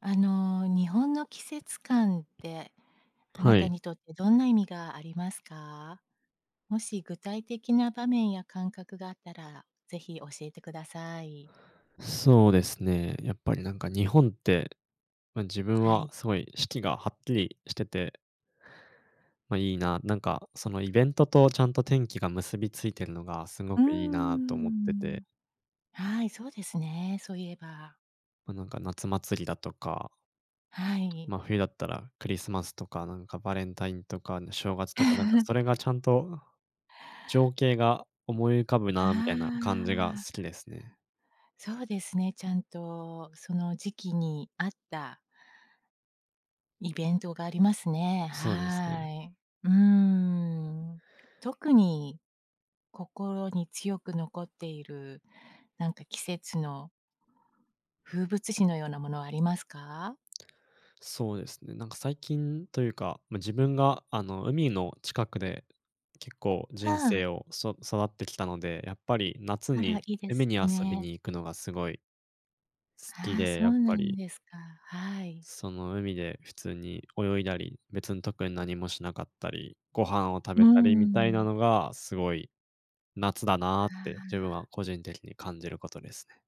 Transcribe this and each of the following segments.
日本の季節感って、あなはたい、にとってどんな意味がありますか？もし具体的な場面や感覚があったら、ぜひ教えてください。そうですね。やっぱりなんか日本って、まあ、自分ははい。すごい四季がはっきりしてて、まあ、いいな、なんかそのイベントとちゃんと天気が結びついてるのがすごうーくいいなと思ってん。て、はい、そうですね、そういえば。まあ、なんか夏祭りだとか、はい。まあ、冬だったらクリスマスとか、なんかバレンタインとか、正月とか、なんかそれ がちゃんと情景が思い浮かぶあなみたいな感じが好きあ、ですね。そうですね、ちゃんとその時期に合ったイベントがありますね。そうですね。はい。うーん。特に心に強く残っている、なんか季節の風物詩のようなものはありますか？そうですね。なんか最近というか、まあ、自分があの、海の近くで結構人あ生を育ってきたので、やっぱり夏あ、あら、いにいで海すに遊びね。に行くのがすごい好きああ、で、そやっうなぱんりですか。はい。その海で普通に泳いだり、別に特に何もしなかったり、ご飯を食うーべたりみたいなん。のがすごい夏だなーっあて自分あ、は個人的に感じることですね。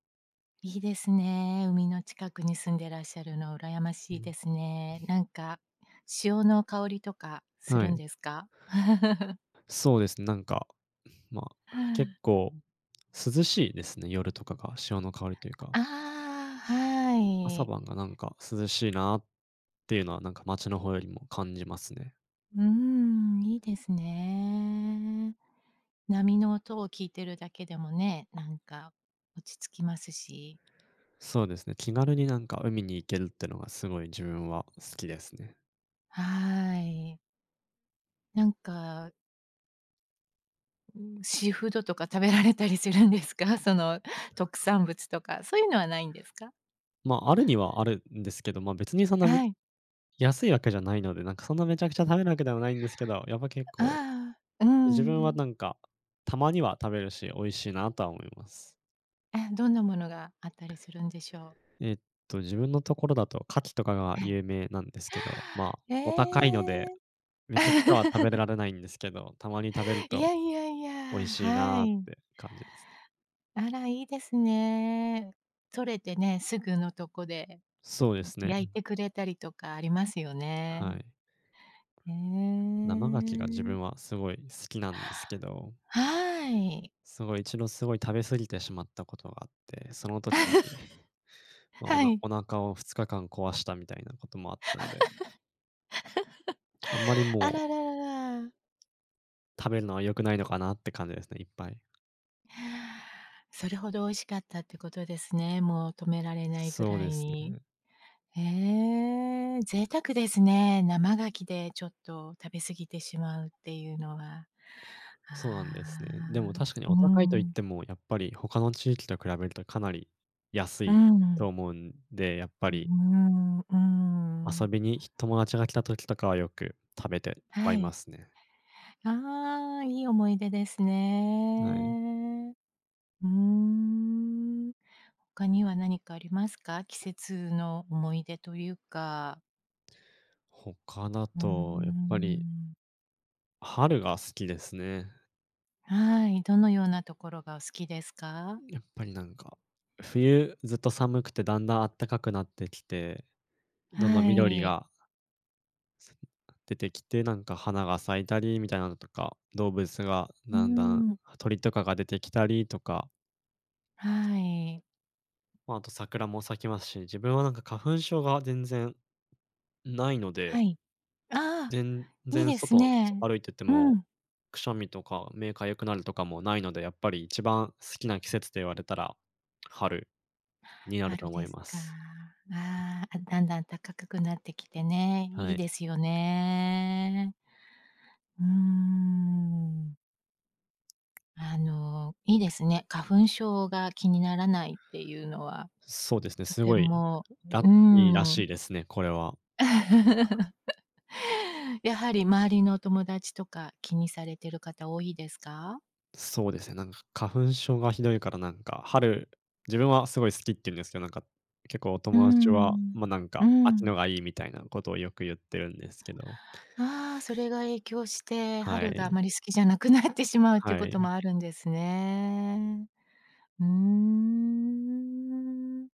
いいですね。海の近くに住んでらっしゃるの羨まうしいん、ですね。なんか、潮の香りとかすはるんい。ですか？そうですね、なんか、まあ、結構涼しいですね、夜とかが、潮の香りというか、ああ、は朝い。晩がなんか涼しいなっていうのはなんか街の方よりも感じますね。うーん、いいですね。波の音を聞いてるだけでもね、なんか落ち着きますし。そうですね、気軽になんか海に行けるってのがすごい自分は好きですね。はい。なんか、ん、シーフードとか食べられたりするんですか？その特産物とか、そういうのはないんですか？まあ、あるにはあるんですけど、まあ、別にそんなはい。安いわけじゃないので、なんかそんなめちゃくちゃ食べるわけではないんですけど、やっぱ結構、ああ、う自分はん。なんか、たまには食べるし、美味しいなとは思います。え、どんなものがあったりするんでしょう？えっと、自分のところだと牡蠣とかがはい。有名なんですけど、まあ、お高いのえで、え。めちゃくちゃは食べ られないんですけど、たまに食べるいとやいやいや、美味しいはなっい。て感じですね。あら、いいですね。取れてね、すぐのとこでそうですね。焼いてくれたりとかありますよはね。い。へ生牡蠣が自え。分はすごい好きなんですけど、はい。すごい一度すごい食べ過ぎてしまったことがあって、その時に、まあ、はい。お腹を2日間壊したみたいなこともあったので、あんまりあもらららら。う食べるのは良くないのかなって感じですね、いっぱい。それほど美味しかったってことですね。もう止められないぐそうらでいすに。ね。へえ、贅沢ですね。生牡蠣でちょっと食べ過ぎてしまうっていうのは。そうなんですあね。でも確かにあ、うお高いと言っん、ても、やっぱり他の地域と比べるとかなり安ういん。と思うんで、やっぱうーりん、うー遊ん。びに友達が来た時とかはよく食べてははいまい。すね。ああ、いい思い出ですはい。ね。うーん。他には何かありますか？季節の思い出というか。他だうーと、やっぱりん。春が好きですね。はい、どのようなところがお好きですか？やっぱりなんか、冬ずっと寒くてだんだん暖かくなってきて、どんどんは緑い。が出てきて、なんか花が咲いたりみたいなのとか、動物がうーだんだんん。鳥とかが出てきたりとか、はい。まあ、あと桜も咲きますし、自分はなんか花粉症が全然ないのはで、い。ああ、全いい然です外、ね。歩いててうも、ん。くしゃみとか目痒くなるとかもないので、やっぱり一番好きな季節と言われたら、春になると春思でいすまか。す。あーあ、だんだん暖かくなってきてね、はいいい。ですよね。うーん。いいですね。花粉症が気にならないっていうのは、そうですね、とすてごいもラうッーキーらしいん。ですね、これは。やはり周りのお友達とか気にされてる方多いですか？そうですね、なんか花粉症がひどいからなんか、春、自分はすごい好きって言うんですけど、なんか、結構おう友達は、ん。ま、なんうか、秋ん。のがいいみたいなことをよく言ってるんですけど、ああ、それが影響して、は春があい。まり好きじゃなくなってしまうっていうはことい。もあるんですね。うーん。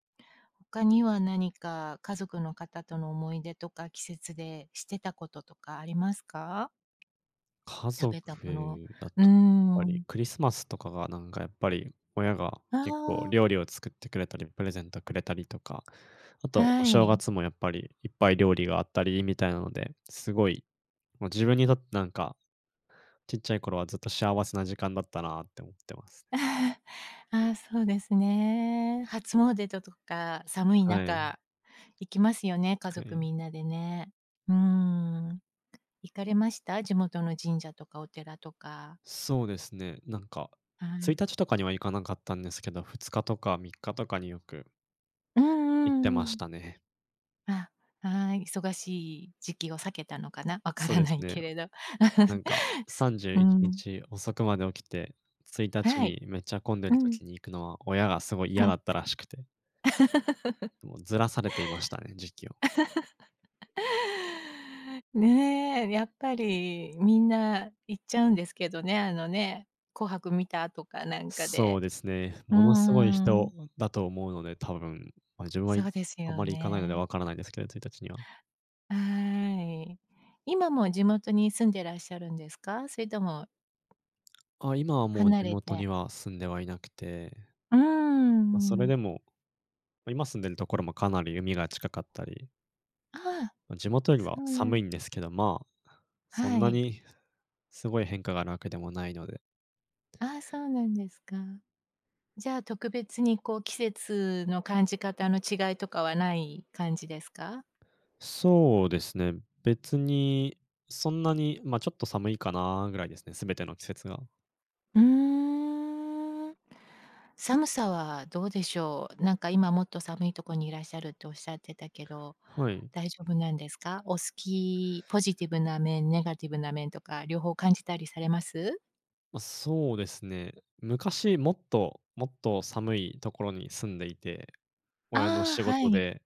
他には何か家族の方との思い出とか、季節でしてたこととかありますか？家食族べたもの。だうーと、やっぱりん。クリスマスとかがなんかやっぱり親があ結構あ、料理を作ってくれたり、プレゼントくれたりとか、あとおは正い。月もやっぱりいっぱい料理があったりみたいなので、すごい、もう自分にとってなんか、ちっちゃい頃はずっと幸せな時間だったなって思ってます。ああ、そうですね。初詣だとか、寒いはい。中行きますよね、家は族い。みんなでね。うーん。行かれました？地元の神社とかお寺とか。そうですね。なんか、は1い。日とかには行かなかったんですけど、2日とか3日とかによくうん行うってんうましん。たね。あ、ああ、忙しい時期を避けたのかな、わかそうらですないね。けれど。なんか、すう31ん、日遅くまで起きて、1日はい。にめっちゃ混んでうるん、時に行くのは、親がすごい う嫌ん。だったらしくて、もうずらされていましたね、時期を。ねえ、やっぱりみんな行っちゃうんですけどね、あのね、紅白見たとかなんかそうで。ですね、うーものすごい人ん、だと思うので、多分、まあ、自分はそうですあよまり行かないのでね。わからないですけど、1日には。はーい。今も地元に住んでらっしゃるんですか？それともあ、今はもう離地れ元にては住んではいなくて、うーまあ、それでん。も、ま、今住んでるところもかなり海が近かったり、ああ、ま、地元よりそはうな寒んいんですけど、まあ、そんはない。にすごい変化があるわけでもないのでああ、そうなんですか。じゃあ、特別にこう季節の感じ方の違いとかはない感じですか？そうですね。別に、そんなに、ま、ちょっと寒いかなぐらいですね、全ての季節が。うーん。寒さはどうでしょう？なんか今もっと寒いとこにいらっしゃるっておっしゃってたけど、はい。大丈夫なんですか？お好きポジティブな面、ネガティブな面とか両方感じたりされます？まあ、そうですね。昔もっともっと寒いところに住んでいて、親のああ、仕は事い。で、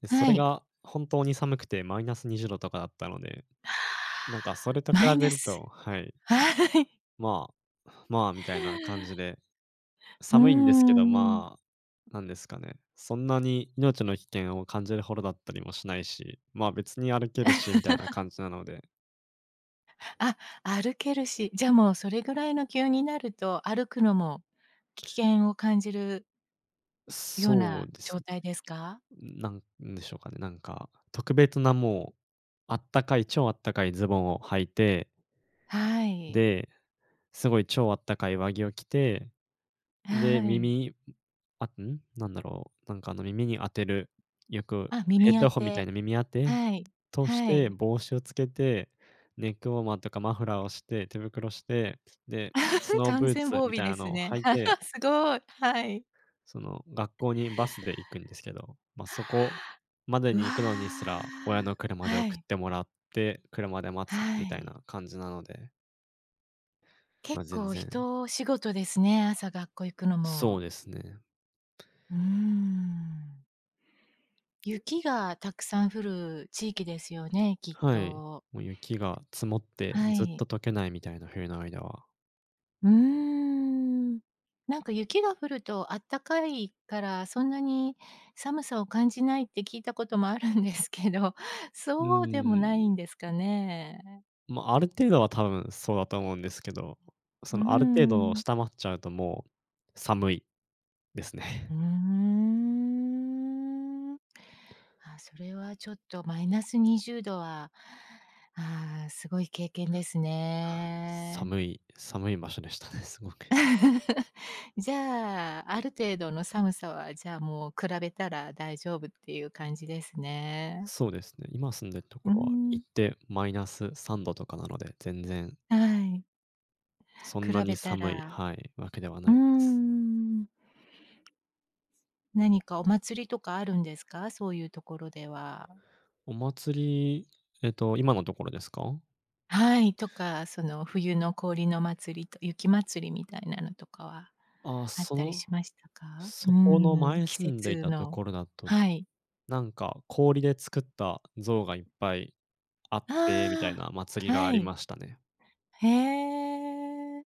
で、そはれい。が本当に寒くてマイナス20度とかだったので、ああなんかそれと比マイべナるス。とはい、はい。ままあ、みたいな感じ でうー寒いんですけど、ん。まあ、なんですかね、そんなに命の危険を感じるほどだったりもしないし、まあ、別に歩けるしみたいな感じなので、あ、歩けるし、じゃあもうそれぐらいの気温になると、歩くのも危険を感じるようそなうです状ね。態ですか？なんなんでしょうかね、なんか、特別なもう、あったかい、超あったかいズボンを履いて、はい、で、すごい超あったかい上着を着て、で、はい。耳、あ、なんだろう、なんかあの耳に当てる、よくあ、ヘ耳ッ当ドホンみたいて、な耳当てはい、としはて、い。帽子をつけて、ネックウォーマーとかマフラーをして、手袋して、で、ス ノーブ完ー全ツ防み備たいでなすのをね。履いて、すごい、はい。その、学校にバスで行くんですけど、まあ、そこまでうわにー。行くのにすら、親の車では送っい、てもらって、車で待はつみたいい。な感じなので、ま結あ、全構然人仕事ですね、朝学校行くのそうも。ですね。うーん。雪がたくさん降る地域ですよね、きっはい。と。もう雪が積もってはずっい。と溶けないみたいな冬の間は。うーん。なんか雪が降るとあったかいから、そんなに寒さを感じないって聞いたこともあるんですけど、うそうでもーないん。んですかね？まあ、ある程度は多分そうだと思うんですけど、そうーの、ある程度をん。下回っちゃうともう寒いですうね。ーん。あ、それはちょっとマイナス20度は、ああ、すごい経験です ね。寒い寒い場所でしたね、すごく。じゃあ、ある程度の寒さは、じゃあ、もう比べたら大丈夫っていう感じですね。そうですね、今住んでるとこうろは行ん、ってマイナス3度とかなので、全然はい。そん比なにべた寒いらはい、わけではなういです。ん。何かお祭りとかあるんですか？そういうところでは。お祭り、えっと、今のところですか？はい、とか、その冬の氷の祭りと雪祭りみたいなのとかはあ、あっそたりの、しましたか？うそこのん、前季住んでい節たとのころだと、はい。なんか氷で作った像がいっぱいあっあて、みたいな祭りあ、があはりい。ましたね。へえ。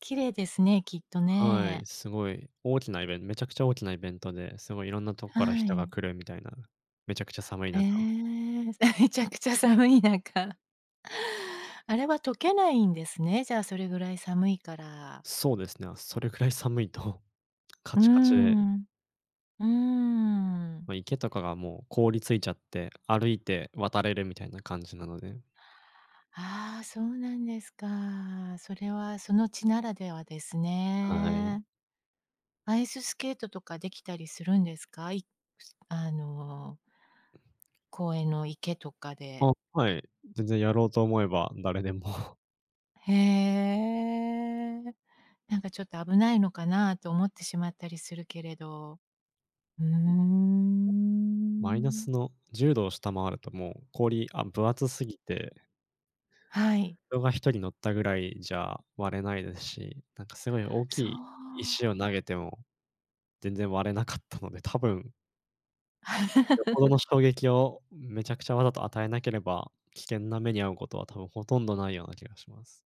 綺麗ですね、きっとはい、ね。すごい大きなイベントめちゃくちゃ大きなイベントで、すごいいろんなとこからは人がい。来るみたいな、めちゃくちゃ寒いえ中。え、めちゃくちゃ寒い中。あれは溶けないんですね、じゃあ、それぐらい寒いから。そうですね、それくらい寒いと カうーチカチで、ん、うーん。まあ、池とかがもう凍りついちゃって、歩いて渡れるみたいな感じなので、ああ、そうなんですか。それはその地ならではですはい。ね。アイススケートとかできたりするんですか？あの、公園の池とかあ、で。はい、全然やろうと思えば誰でも へえ。なんかちょっと危ないのかなと思ってしまったりするけれど。うーマイナん。スの10度を下回るともう氷、あ、分厚すぎてはい。人が一人乗ったぐらいじゃ割れないですし、なんかすごい大きそいう。石を投げても全然割れなかったので、多分よ ほどの衝撃をめちゃくちゃわざと与えなければ、危険な目に遭うことは多分ほとんどないような気がします。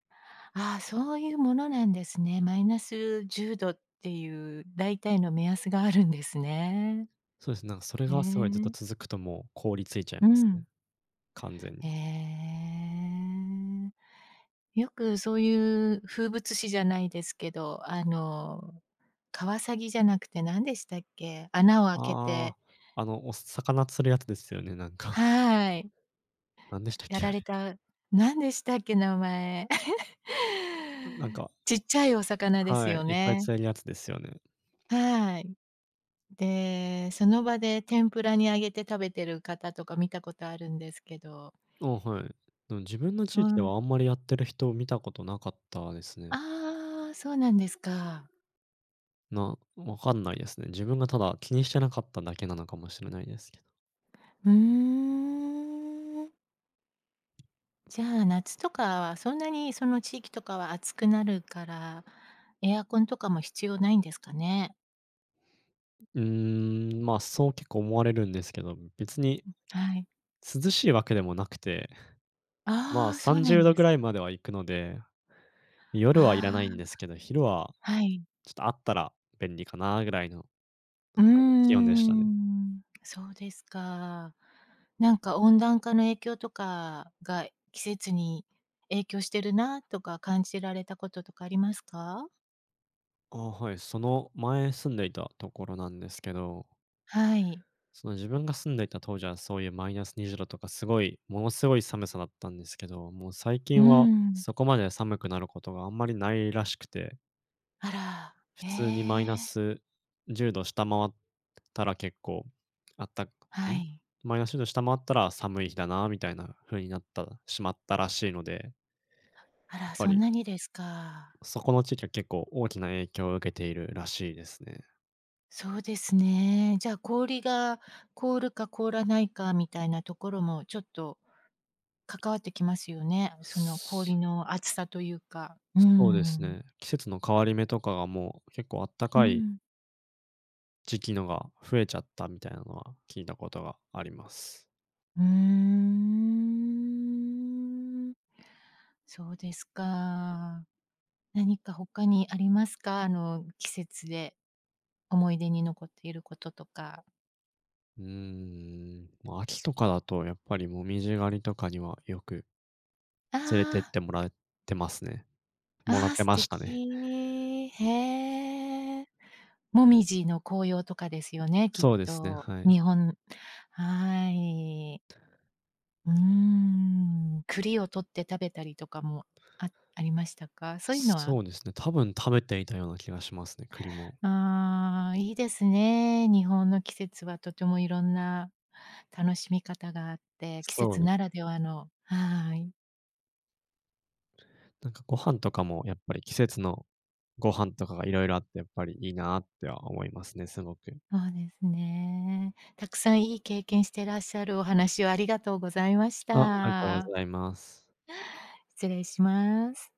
ああ、そういうものなんですね。マイナス10度っていう大体の目安があるんですね。そうですね、なんかそれへがすごいずっとえ。続くともう凍りついちゃいまうすね、ん。完全へに。え。よくそういう風物詩じゃないですけど、カワサギじゃなくて何でしたっけ？穴を開けてああ、あの、お魚釣るやつですよね、なんか。はい、なんでしたっやけ、あられ。れた何でしたっけ？名前。なん かちっちゃいお魚ですはい、よいっぱいね。釣れるやつですよね。はい。で、その場で天ぷらに揚げて食べてる方とか見たことあるんですけど、あ、はい。でも自分のそ地域でうはあんまりやってる人を見たことなかったですね。ああ、そうなんですか。なわかんないですね。自分がただ気にしてなかっただけなのかもしれないですけど。うーん。じゃあ、夏とかはそんなにその地域とかは暑くなるから、エアコンとかも必要ないんですかね？うーん、まあ、そう結構思われるんですけど、別にはい。涼しいわけでもなくて、まあ、ああ、そう30なん度でぐすらいか。までは行くので、夜はいらないんあですけど、昼はあ、はい。ちょっとあったら便利かなぐらいのうーあれで気温でしたね。ん、そうですか。なんか温暖化の影響とかが季節に影響してるなとか感じられたこととかありますか？あ、はい、その前住んでいたところなんですけどはい。その自分が住んでいた当時はそういうマイナス20度とかすごい、ものすごい寒さだったんですけど、もう最うー近はん。そこまで寒くなることがあんまりないらしくて、あら、普え通にマイナえ、ス10度下回ったら結構あったん？はい。マイナス10度下回ったら寒い日だなみたいな風になったしまったらしいので、やあっら、ぱそんりなにですか。そこの地域は結構大きな影響を受けているらしいですね。そうですね。じゃあ、氷が凍るか凍らないかみたいなところも、ちょっと関わってきますよね。そのそ氷の厚さというか。うそうですん。ね。季節の変わり目とかがもう結構あったうかいん。時期のが増えちゃったみたいなのは聞いたことがあります。うーん。そうですか。何か他にありますか？季節で思い出に残っていることとか。うーん、ま、秋とかだとやっぱりもみじ狩りとかにはよくあ連れてっあ。てもらってますね。もらあっあ、て素ましたね。敵。へえ。もみじの紅葉とかですよね、きっそうですね、と。はい。日本はい。うーん。栗を取って食べたりとかも、あありましたか？そういうのはそうですね、多分食べていたような気がしますね、栗も。ああ、いいですね。日本の季節はとてもいろんな楽しみ方があって、季そう節でなす。らではのはい。なんかご飯とかもやっぱり季節のご飯とかがいろいろあってやっぱりいいなっては思いますね、すごく。そうですね。たくさんいい経験してらっしゃるお話をありがとうございましあ、ありがとうごた。ざいます。失礼します。